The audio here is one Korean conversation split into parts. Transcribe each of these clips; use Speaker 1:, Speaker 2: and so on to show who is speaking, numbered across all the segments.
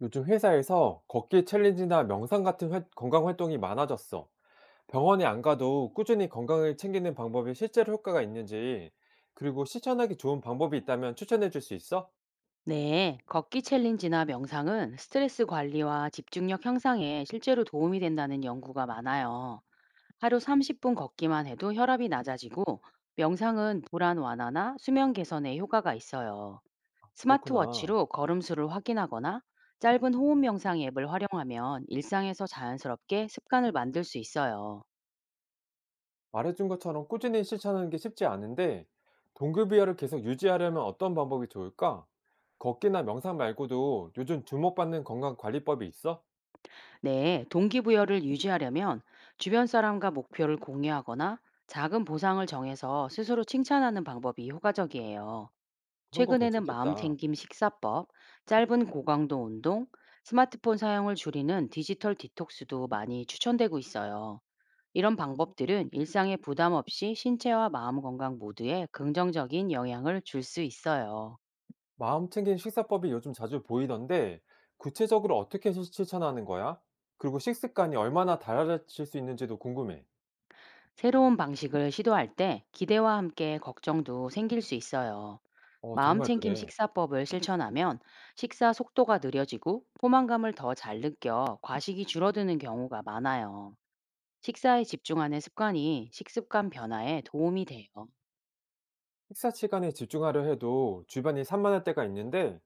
Speaker 1: 요즘 회사에서 걷기 챌린지나 명상 같은 건강 활동이 많아졌어. 병원에 안 가도 꾸준히 건강을 챙기는 방법이 실제로 효과가 있는지, 그리고 실천하기 좋은 방법이 있다면 추천해 줄 수 있어?
Speaker 2: 네, 걷기 챌린지나 명상은 스트레스 관리와 집중력 향상에 실제로 도움이 된다는 연구가 많아요. 하루 30분 걷기만 해도 혈압이 낮아지고, 명상은 불안 완화나 수면 개선에 효과가 있어요.
Speaker 1: 그렇구나.
Speaker 2: 스마트워치로 걸음수를 확인하거나 짧은 호흡 명상 앱을 활용하면 일상에서 자연스럽게 습관을 만들 수 있어요.
Speaker 1: 말해준 것처럼 꾸준히 실천하는 게 쉽지 않은데, 동급이어를 계속 유지하려면 어떤 방법이 좋을까? 걷기나 명상 말고도 요즘 주목받는 건강 관리법이 있어?
Speaker 2: 네, 동기부여를 유지하려면 주변 사람과 목표를 공유하거나 작은 보상을 정해서 스스로 칭찬하는 방법이 효과적이에요.
Speaker 1: 그런 거
Speaker 2: 최근에는
Speaker 1: 괜찮겠다.
Speaker 2: 마음챙김 식사법, 짧은 고강도 운동, 스마트폰 사용을 줄이는 디지털 디톡스도 많이 추천되고 있어요. 이런 방법들은 일상에 부담 없이 신체와 마음 건강 모두에 긍정적인 영향을 줄 수 있어요.
Speaker 1: 마음 챙긴 식사법이 요즘 자주 보이던데 구체적으로 어떻게 실천하는 거야? 그리고 식습관이 얼마나 달라질 수 있는지도 궁금해.
Speaker 2: 새로운 방식을 시도할 때 기대와 함께 걱정도 생길 수 있어요.
Speaker 1: 정말
Speaker 2: 마음챙김
Speaker 1: 그래.
Speaker 2: 식사법을 실천하면 식사 속도가 느려지고 포만감을 더 잘 느껴 과식이 줄어드는 경우가 많아요. 식사에 집중하는 습관이 식습관 변화에 도움이 돼요.
Speaker 1: 식사 시간에 집중하려 해도 주변이 산만할 때가 있는데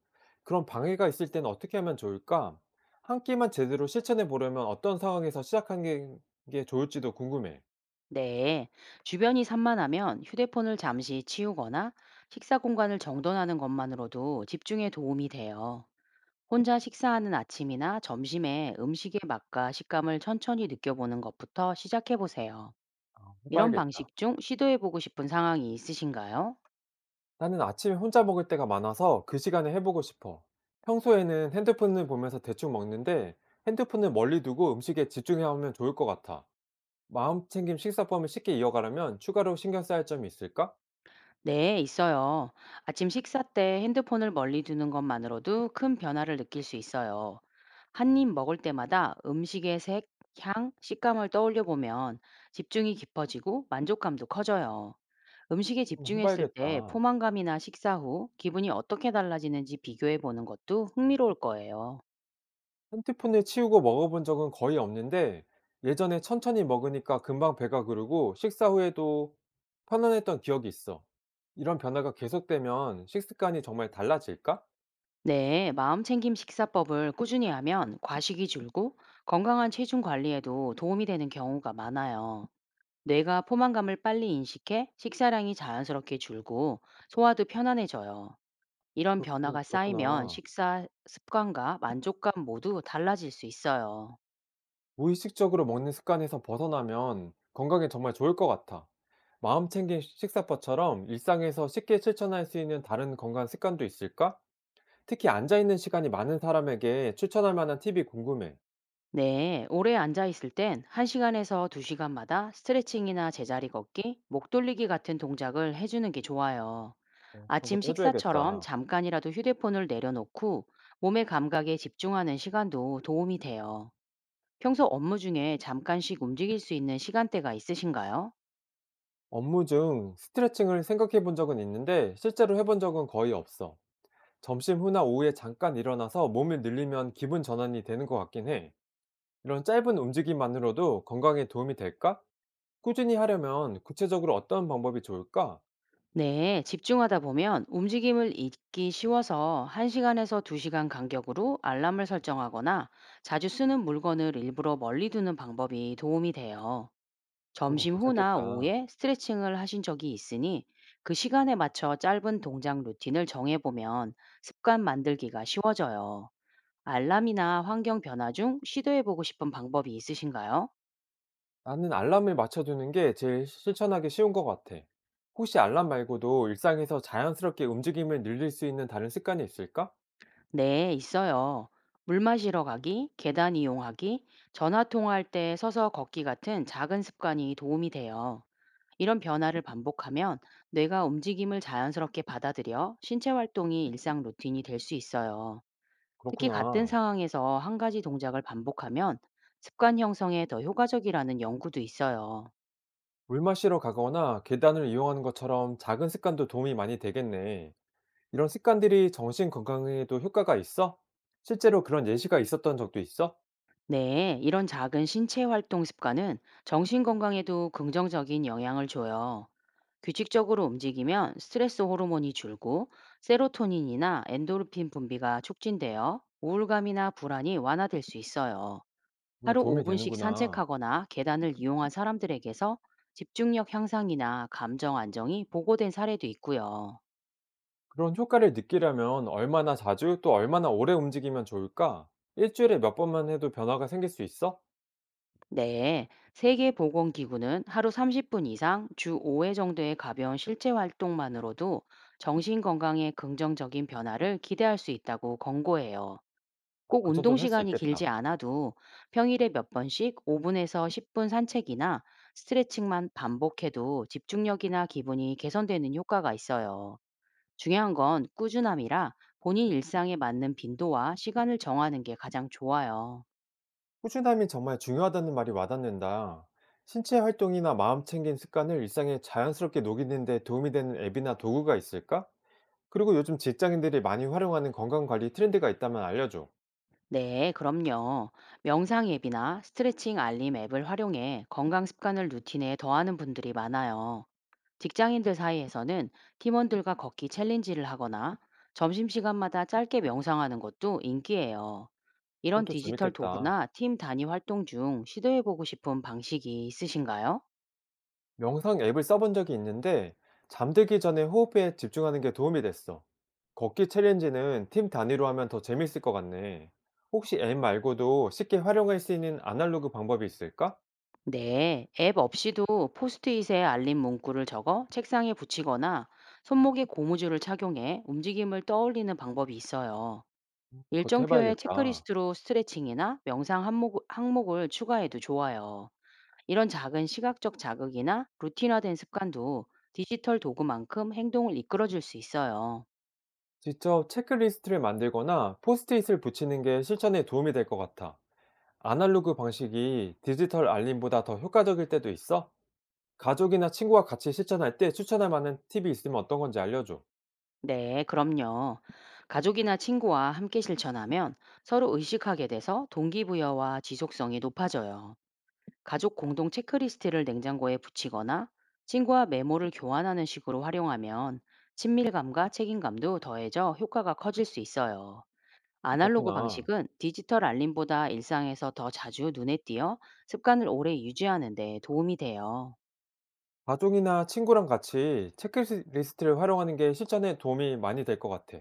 Speaker 1: 그런 방해가 있을 때는 어떻게 하면 좋을까? 한 끼만 제대로 실천해 보려면 어떤 상황에서 게 좋을지도 궁금해.
Speaker 2: 네, 주변이 산만하면 휴대폰을 잠시 치우거나 식사 공간을 정돈하는 것만으로도 집중에 도움이 돼요. 혼자 식사하는 아침이나 점심에 음식의 맛과 식감을 천천히 느껴보는 것부터 시작해 보세요. 이런
Speaker 1: 해봐야겠다.
Speaker 2: 방식 중 시도해 보고 싶은 상황이 있으신가요?
Speaker 1: 나는 아침에 혼자 먹을 때가 많아서 그 시간에 해보고 싶어. 평소에는 핸드폰을 보면서 대충 먹는데 핸드폰을 멀리 두고 음식에 집중해 하면 좋을 것 같아. 마음 챙김 식사법을 쉽게 이어가려면 추가로 신경 써야 할 점이 있을까?
Speaker 2: 네, 있어요. 아침 식사 때 핸드폰을 멀리 두는 것만으로도 큰 변화를 느낄 수 있어요. 한 입 먹을 때마다 음식의 색, 향, 식감을 떠올려 보면 집중이 깊어지고 만족감도 커져요. 음식에
Speaker 1: 한번
Speaker 2: 집중했을 때
Speaker 1: 해봐야겠다.
Speaker 2: 포만감이나 식사 후 기분이 어떻게 달라지는지 비교해 보는 것도 흥미로울 거예요.
Speaker 1: 핸드폰을 치우고 먹어본 적은 거의 없는데 예전에 천천히 먹으니까 금방 배가 부르고 식사 후에도 편안했던 기억이 있어. 이런 변화가 계속되면 식습관이 정말 달라질까?
Speaker 2: 네, 마음챙김 식사법을 꾸준히 하면 과식이 줄고 건강한 체중 관리에도 도움이 되는 경우가 많아요. 뇌가 포만감을 빨리 인식해 식사량이 자연스럽게 줄고 소화도 편안해져요. 이런 변화가 쌓이면
Speaker 1: 그렇구나.
Speaker 2: 식사 습관과 만족감 모두 달라질 수 있어요.
Speaker 1: 무의식적으로 먹는 습관에서 벗어나면 건강에 정말 좋을 것 같아. 마음 챙긴 식사법처럼 일상에서 쉽게 실천할 수 있는 다른 건강 습관도 있을까? 특히 앉아있는 시간이 많은 사람에게 추천할 만한 팁이 궁금해.
Speaker 2: 네, 오래 앉아 있을 땐 1시간에서 2시간마다 스트레칭이나 제자리 걷기, 목 돌리기 같은 동작을 해주는 게 좋아요.
Speaker 1: 그런
Speaker 2: 아침
Speaker 1: 것도
Speaker 2: 식사처럼
Speaker 1: 해줘야겠다.
Speaker 2: 잠깐이라도 휴대폰을 내려놓고 몸의 감각에 집중하는 시간도 도움이 돼요. 평소 업무 중에 잠깐씩 움직일 수 있는 시간대가 있으신가요?
Speaker 1: 업무 중 스트레칭을 생각해 본 적은 있는데 실제로 해본 적은 거의 없어. 점심 후나 오후에 잠깐 일어나서 몸을 늘리면 기분 전환이 되는 것 같긴 해. 이런 짧은 움직임만으로도 건강에 도움이 될까? 꾸준히 하려면 구체적으로 어떤 방법이 좋을까?
Speaker 2: 네, 집중하다 보면 움직임을 잊기 쉬워서 1시간에서 2시간 간격으로 알람을 설정하거나 자주 쓰는 물건을 일부러 멀리 두는 방법이 도움이 돼요.
Speaker 1: 그런 거
Speaker 2: 점심 후나
Speaker 1: 괜찮겠다.
Speaker 2: 오후에 스트레칭을 하신 적이 있으니 그 시간에 맞춰 짧은 동작 루틴을 정해보면 습관 만들기가 쉬워져요. 알람이나 환경 변화 중 시도해보고 싶은 방법이 있으신가요?
Speaker 1: 나는 알람을 맞춰두는 게 제일 실천하기 쉬운 것 같아. 혹시 알람 말고도 일상에서 자연스럽게 움직임을 늘릴 수 있는 다른 습관이 있을까?
Speaker 2: 네, 있어요. 물 마시러 가기, 계단 이용하기, 전화 통화할 때 서서 걷기 같은 작은 습관이 도움이 돼요. 이런 변화를 반복하면 뇌가 움직임을 자연스럽게 받아들여 신체 활동이 일상 루틴이 될 수 있어요. 특히 같은
Speaker 1: 그렇구나.
Speaker 2: 상황에서 한 가지 동작을 반복하면 습관 형성에 더 효과적이라는 연구도 있어요.
Speaker 1: 물 마시러 가거나 계단을 이용하는 것처럼 작은 습관도 도움이 많이 되겠네. 이런 습관들이 정신 건강에도 효과가 있어? 실제로 그런 예시가 있었던 적도 있어?
Speaker 2: 네, 이런 작은 신체 활동 습관은 정신 건강에도 긍정적인 영향을 줘요. 규칙적으로 움직이면 스트레스 호르몬이 줄고 세로토닌이나 엔도르핀 분비가 촉진되어 우울감이나 불안이 완화될 수 있어요.
Speaker 1: 정말
Speaker 2: 하루
Speaker 1: 도움이
Speaker 2: 5분씩
Speaker 1: 되는구나.
Speaker 2: 산책하거나 계단을 이용한 사람들에게서 집중력 향상이나 감정 안정이 보고된 사례도 있고요.
Speaker 1: 그런 효과를 느끼려면 얼마나 자주 또 얼마나 오래 움직이면 좋을까? 일주일에 몇 번만 해도 변화가 생길 수 있어?
Speaker 2: 네, 세계보건기구는 하루 30분 이상 주 5회 정도의 가벼운 실제 활동만으로도 정신 건강에 긍정적인 변화를 기대할 수 있다고 권고해요. 꼭
Speaker 1: 그
Speaker 2: 운동
Speaker 1: 정도는 할 수
Speaker 2: 시간이 길지
Speaker 1: 있겠다.
Speaker 2: 않아도 평일에 몇 번씩 5분에서 10분 산책이나 스트레칭만 반복해도 집중력이나 기분이 개선되는 효과가 있어요. 중요한 건 꾸준함이라 본인 일상에 맞는 빈도와 시간을 정하는 게 가장 좋아요.
Speaker 1: 꾸준함이 정말 중요하다는 말이 와닿는다. 신체 활동이나 마음 챙김 습관을 일상에 자연스럽게 녹이는데 도움이 되는 앱이나 도구가 있을까? 그리고 요즘 직장인들이 많이 활용하는 건강 관리 트렌드가 있다면 알려줘.
Speaker 2: 네, 그럼요. 명상 앱이나 스트레칭 알림 앱을 활용해 건강 습관을 루틴에 더하는 분들이 많아요. 직장인들 사이에서는 팀원들과 걷기 챌린지를 하거나 점심시간마다 짧게 명상하는 것도 인기예요. 이런
Speaker 1: 그것도
Speaker 2: 디지털
Speaker 1: 재밌겠다.
Speaker 2: 도구나 팀 단위 활동 중 시도해보고 싶은 방식이 있으신가요?
Speaker 1: 명상 앱을 써본 적이 있는데 잠들기 전에 호흡에 집중하는 게 도움이 됐어. 걷기 챌린지는 팀 단위로 하면 더 재밌을 것 같네. 혹시 앱 말고도 쉽게 활용할 수 있는 아날로그 방법이 있을까?
Speaker 2: 네, 앱 없이도 포스트잇에 알림 문구를 적어 책상에 붙이거나 손목에 고무줄을 착용해 움직임을 떠올리는 방법이 있어요.
Speaker 1: 그것도
Speaker 2: 일정표에
Speaker 1: 해봐야겠다.
Speaker 2: 체크리스트로 스트레칭이나 명상 항목을 추가해도 좋아요. 이런 작은 시각적 자극이나 루틴화된 습관도 디지털 도구만큼 행동을 이끌어줄 수 있어요.
Speaker 1: 직접 체크리스트를 만들거나 포스트잇을 붙이는 게 실천에 도움이 될 것 같아. 아날로그 방식이 디지털 알림보다 더 효과적일 때도 있어? 가족이나 친구와 같이 실천할 때 추천할 만한 팁이 있으면 어떤 건지 알려줘.
Speaker 2: 네, 그럼요. 가족이나 친구와 함께 실천하면 서로 의식하게 돼서 동기부여와 지속성이 높아져요. 가족 공동 체크리스트를 냉장고에 붙이거나 친구와 메모를 교환하는 식으로 활용하면 친밀감과 책임감도 더해져 효과가 커질 수 있어요. 아날로그
Speaker 1: 그렇구나.
Speaker 2: 방식은 디지털 알림보다 일상에서 더 자주 눈에 띄어 습관을 오래 유지하는 데 도움이 돼요.
Speaker 1: 가족이나 친구랑 같이 체크리스트를 활용하는 게 실전에 도움이 많이 될 것 같아.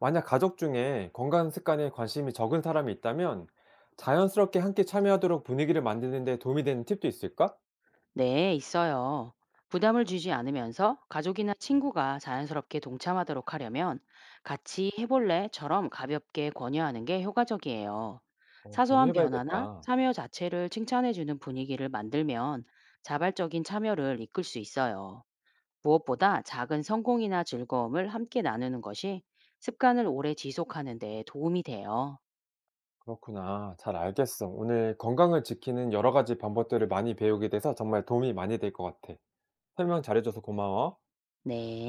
Speaker 1: 만약 가족 중에 건강 습관에 관심이 적은 사람이 있다면 자연스럽게 함께 참여하도록 분위기를 만드는 데 도움이 되는 팁도 있을까?
Speaker 2: 네, 있어요. 부담을 주지 않으면서 가족이나 친구가 자연스럽게 동참하도록 하려면 같이 해볼래처럼 가볍게 권유하는 게 효과적이에요. 사소한 변화나
Speaker 1: 권유해봐야겠다.
Speaker 2: 참여 자체를 칭찬해주는 분위기를 만들면 자발적인 참여를 이끌 수 있어요. 무엇보다 작은 성공이나 즐거움을 함께 나누는 것이 습관을 오래 지속하는 데 도움이 돼요.
Speaker 1: 그렇구나. 잘 알겠어. 오늘 건강을 지키는 여러 가지 방법들을 많이 배우게 돼서 정말 도움이 많이 될 것 같아. 설명 잘해줘서 고마워.
Speaker 2: 네.